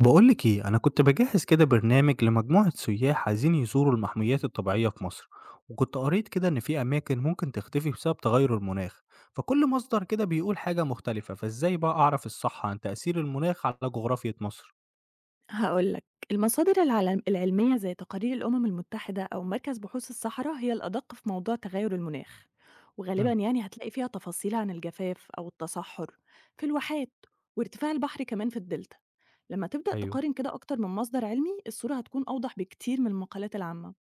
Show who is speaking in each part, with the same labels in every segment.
Speaker 1: بقولك ايه، انا كنت بجهز كده برنامج لمجموعة سياح عايزين يزوروا المحميات الطبيعية في مصر، وكنت قريت كده ان في اماكن ممكن تختفي بسبب تغير المناخ، فكل مصدر كده بيقول حاجة مختلفة. فازاي بقى اعرف الصح عن تأثير المناخ على جغرافية مصر؟
Speaker 2: هاقول لك، المصادر العلمية زي تقارير الأمم المتحدة أو مركز بحوث الصحرا هي الأدق في موضوع تغير المناخ، وغالبًا
Speaker 1: مم.
Speaker 2: يعني هتلاقي فيها تفاصيل عن الجفاف أو التصحر في الواحات وارتفاع البحر كمان في الدلتا. لما تبدأ
Speaker 1: ايوه.
Speaker 2: تقارن كده أكتر من مصدر علمي الصورة هتكون أوضح بكتير من المقالات العامة.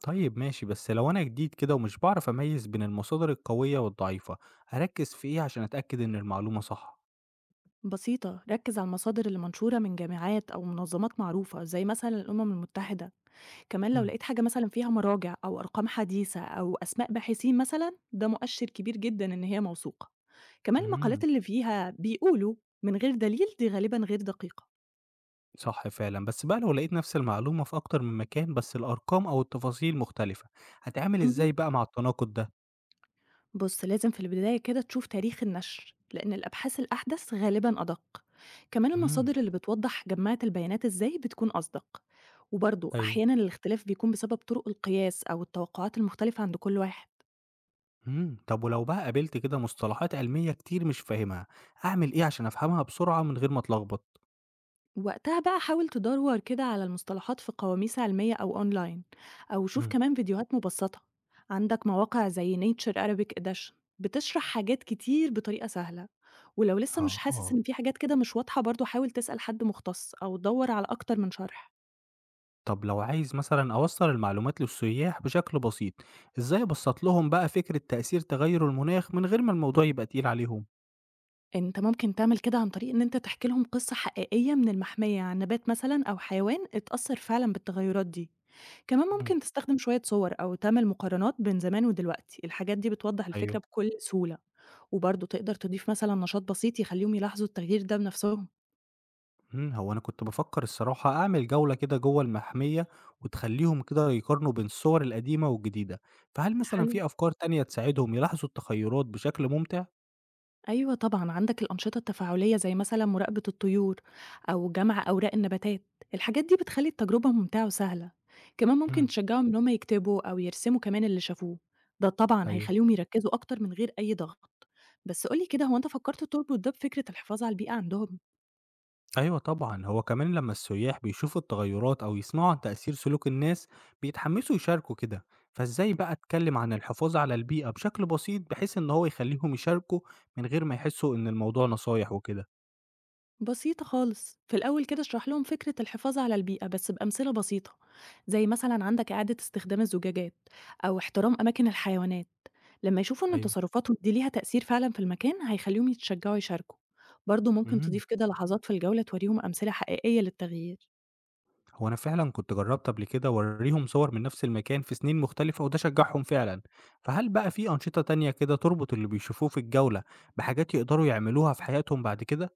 Speaker 1: طيب ماشي، بس لو انا جديد كده ومش بعرف اميز بين المصادر القوية والضعيفة، اركز في ايه عشان اتأكد ان المعلومة صح؟
Speaker 2: بسيطة، ركز على المصادر اللي منشورة من جامعات أو منظمات معروفة زي مثلًا الأمم المتحدة، كمان لو
Speaker 1: مم.
Speaker 2: لقيت حاجة مثلًا فيها مراجع أو أرقام حديثة أو أسماء باحثين مثلًا، ده مؤشر كبير جدًا إن هي موثوقة. كمان المقالات
Speaker 1: مم.
Speaker 2: اللي فيها بيقولوا من غير دليل دي غالبًا غير دقيقة.
Speaker 1: صح فعلًا، بس بقى لو لقيت نفس المعلومة في أكتر من مكان بس الأرقام أو التفاصيل مختلفة، هاتعامل
Speaker 2: مهم.
Speaker 1: إزاي بقى مع التناقض ده؟
Speaker 2: بُص، لازم في البداية كده تشوف تاريخ النشر، لأن الأبحاث الأحدث غالبًا أدق. كمان
Speaker 1: إمم.
Speaker 2: المصادر اللي بتوضح جمعت البيانات إزاي بتكون أصدق. وبرضه
Speaker 1: أيوه.
Speaker 2: أحيانًا الاختلاف بيكون بسبب طرق القياس أو التوقعات المختلفة عند كل واحد.
Speaker 1: إمم، طب ولو بقى قابلت كده مصطلحات علمية كتير مش فاهمها، أعمل إيه عشان أفهمها بسرعة من غير ما أتلخبط؟
Speaker 2: وقتها بقى حاول تدور كده على المصطلحات في قواميس علمية أو أونلاين، أو شوف
Speaker 1: إمم.
Speaker 2: كمان فيديوهات مبسطة. عندك مواقع زي Nature Arabic Edition بتشرح حاجات كتير بطريقة سهلة. ولو لسه مش حاسس
Speaker 1: آه.
Speaker 2: إن في حاجات كده مش واضحة، برضو حاول تسأل حد مختص أو دور على أكتر من شرح.
Speaker 1: طب لو عايز مثلًا أوصّل المعلومات للسياح بشكل بسيط، إزاي أبسّط لهم بقى فكرة تأثير تغير المناخ من غير ما الموضوع يبقى تقيل عليهم؟
Speaker 2: انت ممكن تعمل كده عن طريق ان انت تحكي لهم قصة حقيقية من المحمية عن نبات مثلا او حيوان اتأثر فعلا بالتغيرات دي. كمان
Speaker 1: إمم.
Speaker 2: ممكن تستخدم شوية صور او تعمل مقارنات بين زمان ودلوقتي، الحاجات دي بتوضح الفكرة
Speaker 1: أيوه.
Speaker 2: بكل سهولة. وبرضه تقدر تضيف مثلًا نشاط بسيط يخلّيهم يلاحظوا التغيير ده بنفسهم.
Speaker 1: إمم، هو أنا كنت بافكّر الصراحة أعمل جولة كده جوّه المحمية، وتخلّيهم كده يقارنوا بين الصور القديمة والجديدة، فهل مثلًا
Speaker 2: حلو.
Speaker 1: في أفكار تانية تساعدهم يلاحظوا التغيرات بشكل ممتع؟
Speaker 2: أيوه طبعًا، عندك الأنشطة التفاعلية زي مثلًا مراقبة الطيور أو جمع أوراق النباتات، الحاجات دي بتخلّي التجربة ممتعة وسهلة. كمان ممكن
Speaker 1: إمم.
Speaker 2: تشجّعهم إن هم يكتبوا أو يرسموا كمان اللي شافوه، ده طبعًا
Speaker 1: أيوه.
Speaker 2: هيخلّيهم يركّزوا أكتر من غير أي ضغط. بس قُل لي كده، هو أنت فكّرت تربط ده بفكرة الحفاظ على البيئة عندهم؟
Speaker 1: أيوه طبعًا، هو كمان لمّا السياح بيشوفوا التغيرات أو يسمعوا عن تأثير سلوك الناس، بيتحمسوا يشاركوا كده، فإزاي بقى أتكلم عن الحفاظ على البيئة بشكل بسيط بحيث إن هو يخلّيهم يشاركوا من غير ما يحسّوا إن الموضوع نصايح وكده؟
Speaker 2: بسيطة خالص. في الأول كده اشرح لهم فكرة الحفاظ على البيئة بس بأمثلة بسيطة، زي مثلا عندك إعادة استخدام الزجاجات أو احترام أماكن الحيوانات. لما يشوفوا إن
Speaker 1: أيوه.
Speaker 2: تصرفاتهم دي ليها تأثير فعلا في المكان هيخليهم يتشجعوا يشاركوا. برضه ممكن
Speaker 1: إمم.
Speaker 2: تضيف كده لحظات في الجولة توريهم أمثلة حقيقية للتغيير.
Speaker 1: هو أنا فعلًا كنت جرّبت قبل كده أورّيهم صور من نفس المكان في سنين مختلفة وده شجّعهم فعلًا، فهل بقى في أنشطة تانية كده تربط اللي بيشوفوه في الجولة بحاجات يقدروا يعملوها في حياتهم بعد كده؟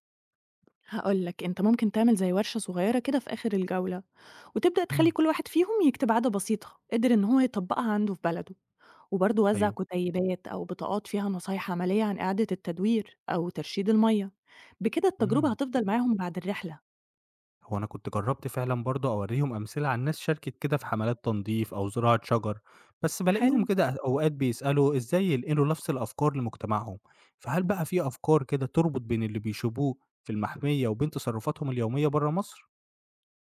Speaker 2: هقولك، أنت ممكن تعمل زي ورشة صغيرة كده في آخر الجولة، وتبدأ تخلي
Speaker 1: إمم.
Speaker 2: كل واحد فيهم يكتب عادة بسيطة قدر إن هو يطبقها عنده في بلده. وبرضه وزع
Speaker 1: أيوه.
Speaker 2: كتيبات أو بطاقات فيها نصايح عملية عن إعادة التدوير أو ترشيد المية. بكده التجربة
Speaker 1: إمم،
Speaker 2: هتفضل معاهم بعد الرحلة.
Speaker 1: هو أنا كنت جرّبت فعلًا برضه أورّيهم أمثلة عن ناس شاركت كده في حملات تنضيف أو زراعة شجر، بس بالاقيهم
Speaker 2: حلو.
Speaker 1: كده أوقات بيسألوا إزاي ينقلوا نفس الأفكار لمجتمعهم، فهل بقى في أفكار كده تربط بين اللي بيشوفوه في المحمية وبين تصرفاتهم اليومية برّه مصر؟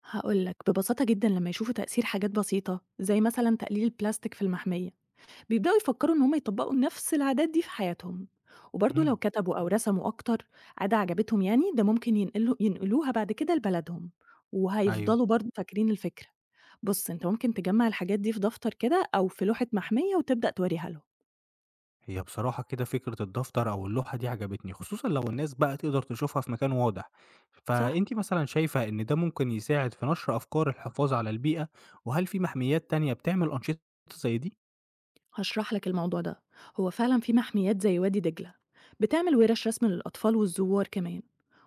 Speaker 2: هقولك ببساطة جدا، لما يشوفوا تأثير حاجات بسيطة زي مثلا تقليل البلاستيك في المحمية بيبدأوا يفكروا إن هم يطبقوا نفس العادات دي في حياتهم. وبرضه
Speaker 1: إمم.
Speaker 2: لو كتبوا أو رسموا أكتر عادة عجبتهم، يعني ده ممكن ينقلوها بعد كده لبلدهم،
Speaker 1: أيوه.
Speaker 2: وهيفضلوا برضه فاكرين الفكرة. بص، انت ممكن تجمع الحاجات دي في دفتر كده أو في لوحة محمية وتبدأ توريها لهم،
Speaker 1: هي بصراحة كده فكرة الدفتر أو اللوحة دي عجبتني خصوصًا لو الناس بقى تقدر تشوفها في مكان واضح،
Speaker 2: صح؟
Speaker 1: فأنتِ مثلًا شايفة إن ده ممكن يساعد في نشر أفكار الحفاظ على البيئة، وهل في محميات تانية بتعمل أنشطة زي دي؟
Speaker 2: هشرح لك الموضوع ده. هو فعلا في محميات زي وادي دجلة بتعمل ورش رسم للأطفال والزوار كمان،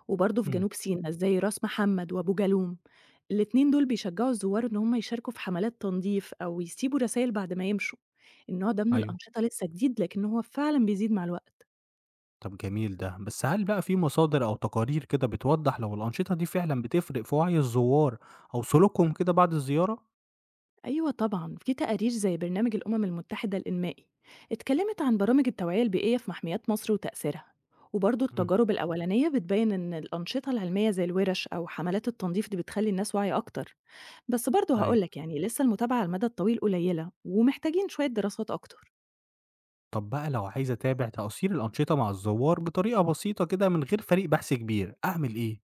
Speaker 2: وبرضه في
Speaker 1: إمم.
Speaker 2: جنوب سيناء زي راس محمد وأبو جالوم. الاتنين دول بيشجعوا الزوار إن هم يشاركوا في حملات تنظيف أو يسيبوا رسائل بعد ما يمشوا. النوع ده من
Speaker 1: أيوه.
Speaker 2: الأنشطة لسه جديد لكن هو فعلا بيزيد مع الوقت.
Speaker 1: طب جميل ده، بس هل بقى في مصادر أو تقارير كده بتوضح لو الأنشطة دي فعلًا بتفرق في وعي الزوار أو سلوكهم كده بعد الزيارة؟
Speaker 2: أيوة طبعا، في تقارير زي برنامج الأمم المتحدة الإنمائي اتكلمت عن برامج التوعية البيئية في محميات مصر وتأثيرها. وبرضه
Speaker 1: إمم.
Speaker 2: التجارب الأولانية بتبين إن الأنشطة العلمية زي الورش أو حملات التنظيف دي بتخلي الناس واعية أكتر. بس برضه
Speaker 1: أيوه.
Speaker 2: هقولك، يعني لسه المتابعة على المدى الطويل قليلة ومحتاجين شوية دراسات أكتر.
Speaker 1: طب بقى لو عايز أتابع تأثير الأنشطة مع الزوار بطريقة بسيطة كده من غير فريق بحث كبير، أعمل إيه؟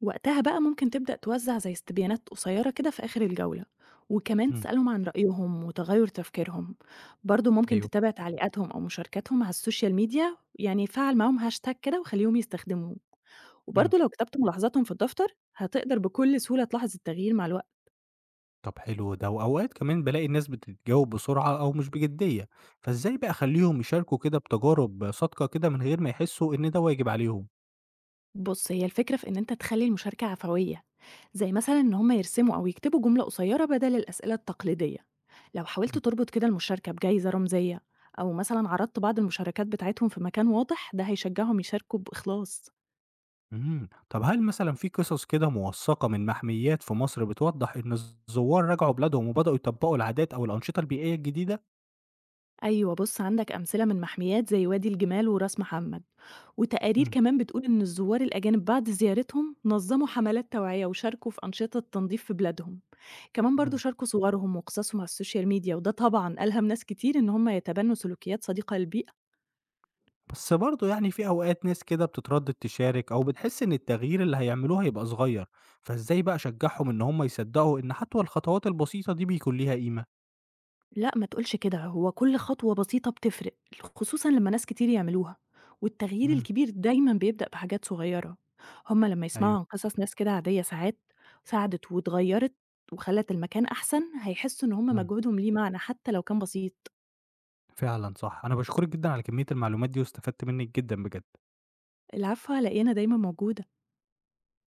Speaker 2: وقتها بقى ممكن تبدأ توزع زي استبيانات قصيرة كده في آخر الجولة، وكمان
Speaker 1: إمم.
Speaker 2: تسألهم عن رأيهم وتغير تفكيرهم. برضو ممكن
Speaker 1: أيوه.
Speaker 2: تتابع تعليقاتهم أو مشاركاتهم على السوشيال ميديا، يعني فعل معاهم هاشتاج كده وخليهم يستخدموه.
Speaker 1: إمم.
Speaker 2: وبرضو لو كتبت ملاحظاتهم في الدفتر هتقدر بكل سهولة تلاحظ التغيير مع الوقت.
Speaker 1: طب حلو ده، وأوقات كمان بالاقي الناس بتتجاوب بسرعة أو مش بجدية، فإزاي بقى أخلّيهم يشاركوا كده بتجارب صادقة كده من غير ما يحسوا إن ده واجب عليهم؟
Speaker 2: بُص، هي الفكرة في إن أنت تخلّي المشاركة عفوية، زي مثلًا إن هم يرسموا أو يكتبوا جملة قصيرة بدل الأسئلة التقليدية. لو حاولت تربط كده المشاركة بجايزة رمزية أو مثلًا عرضت بعض المشاركات بتاعتهم في مكان واضح، ده هيشجعهم يشاركوا بإخلاص.
Speaker 1: إمم، طب هل مثلًا في قصص كده موثّقة من محميات في مصر بتوضّح إن الزوّار رجعوا بلادهم وبدأوا يطبّقوا العادات أو الأنشطة البيئية الجديدة؟
Speaker 2: أيوه بُص، عندك أمثلة من محميات زي وادي الجمال وراس محمد، وتقارير
Speaker 1: إمم.
Speaker 2: كمان بتقول إن الزوار الأجانب بعد زيارتهم نظموا حملات توعية وشاركوا في أنشطة تنظيف في بلادهم، كمان برضه
Speaker 1: إمم،
Speaker 2: شاركوا صورهم وقصصهم على السوشيال ميديا، وده طبعًا ألهم ناس كتير إن هم يتبنوا سلوكيات صديقة للبيئة.
Speaker 1: بس برضه يعني في أوقات ناس كده بتتردد تشارك أو بتحس إن التغيير اللي هيعملوه هيبقى صغير، فإزاي بقى أشجّعهم إن هم يصدّقوا إن حتى الخطوات البسيطة دي بيكون ليها قيمة؟
Speaker 2: لأ، ما تقولش كده، هو كل خطوة بسيطة بتفرق، خصوصًا لمّا ناس كتير يعملوها، والتغيير
Speaker 1: إمم.
Speaker 2: الكبير دايمًا بيبدأ بحاجات صغيرة. هُم لمّا يسمعوا
Speaker 1: أيوه.
Speaker 2: عن قصص ناس كده عادية ساعات ساعدت واتغيّرت وخلّت المكان أحسن، هيحسوا إن هُم
Speaker 1: إمم،
Speaker 2: مجهودهم ليه معنى حتى لو كان بسيط.
Speaker 1: فعلًا صح، أنا باشكرِك جدًا على كمية المعلومات دي واستفدت منِّك جدًا بجد.
Speaker 2: العفو، على إيه، أنا دايمًا موجودة.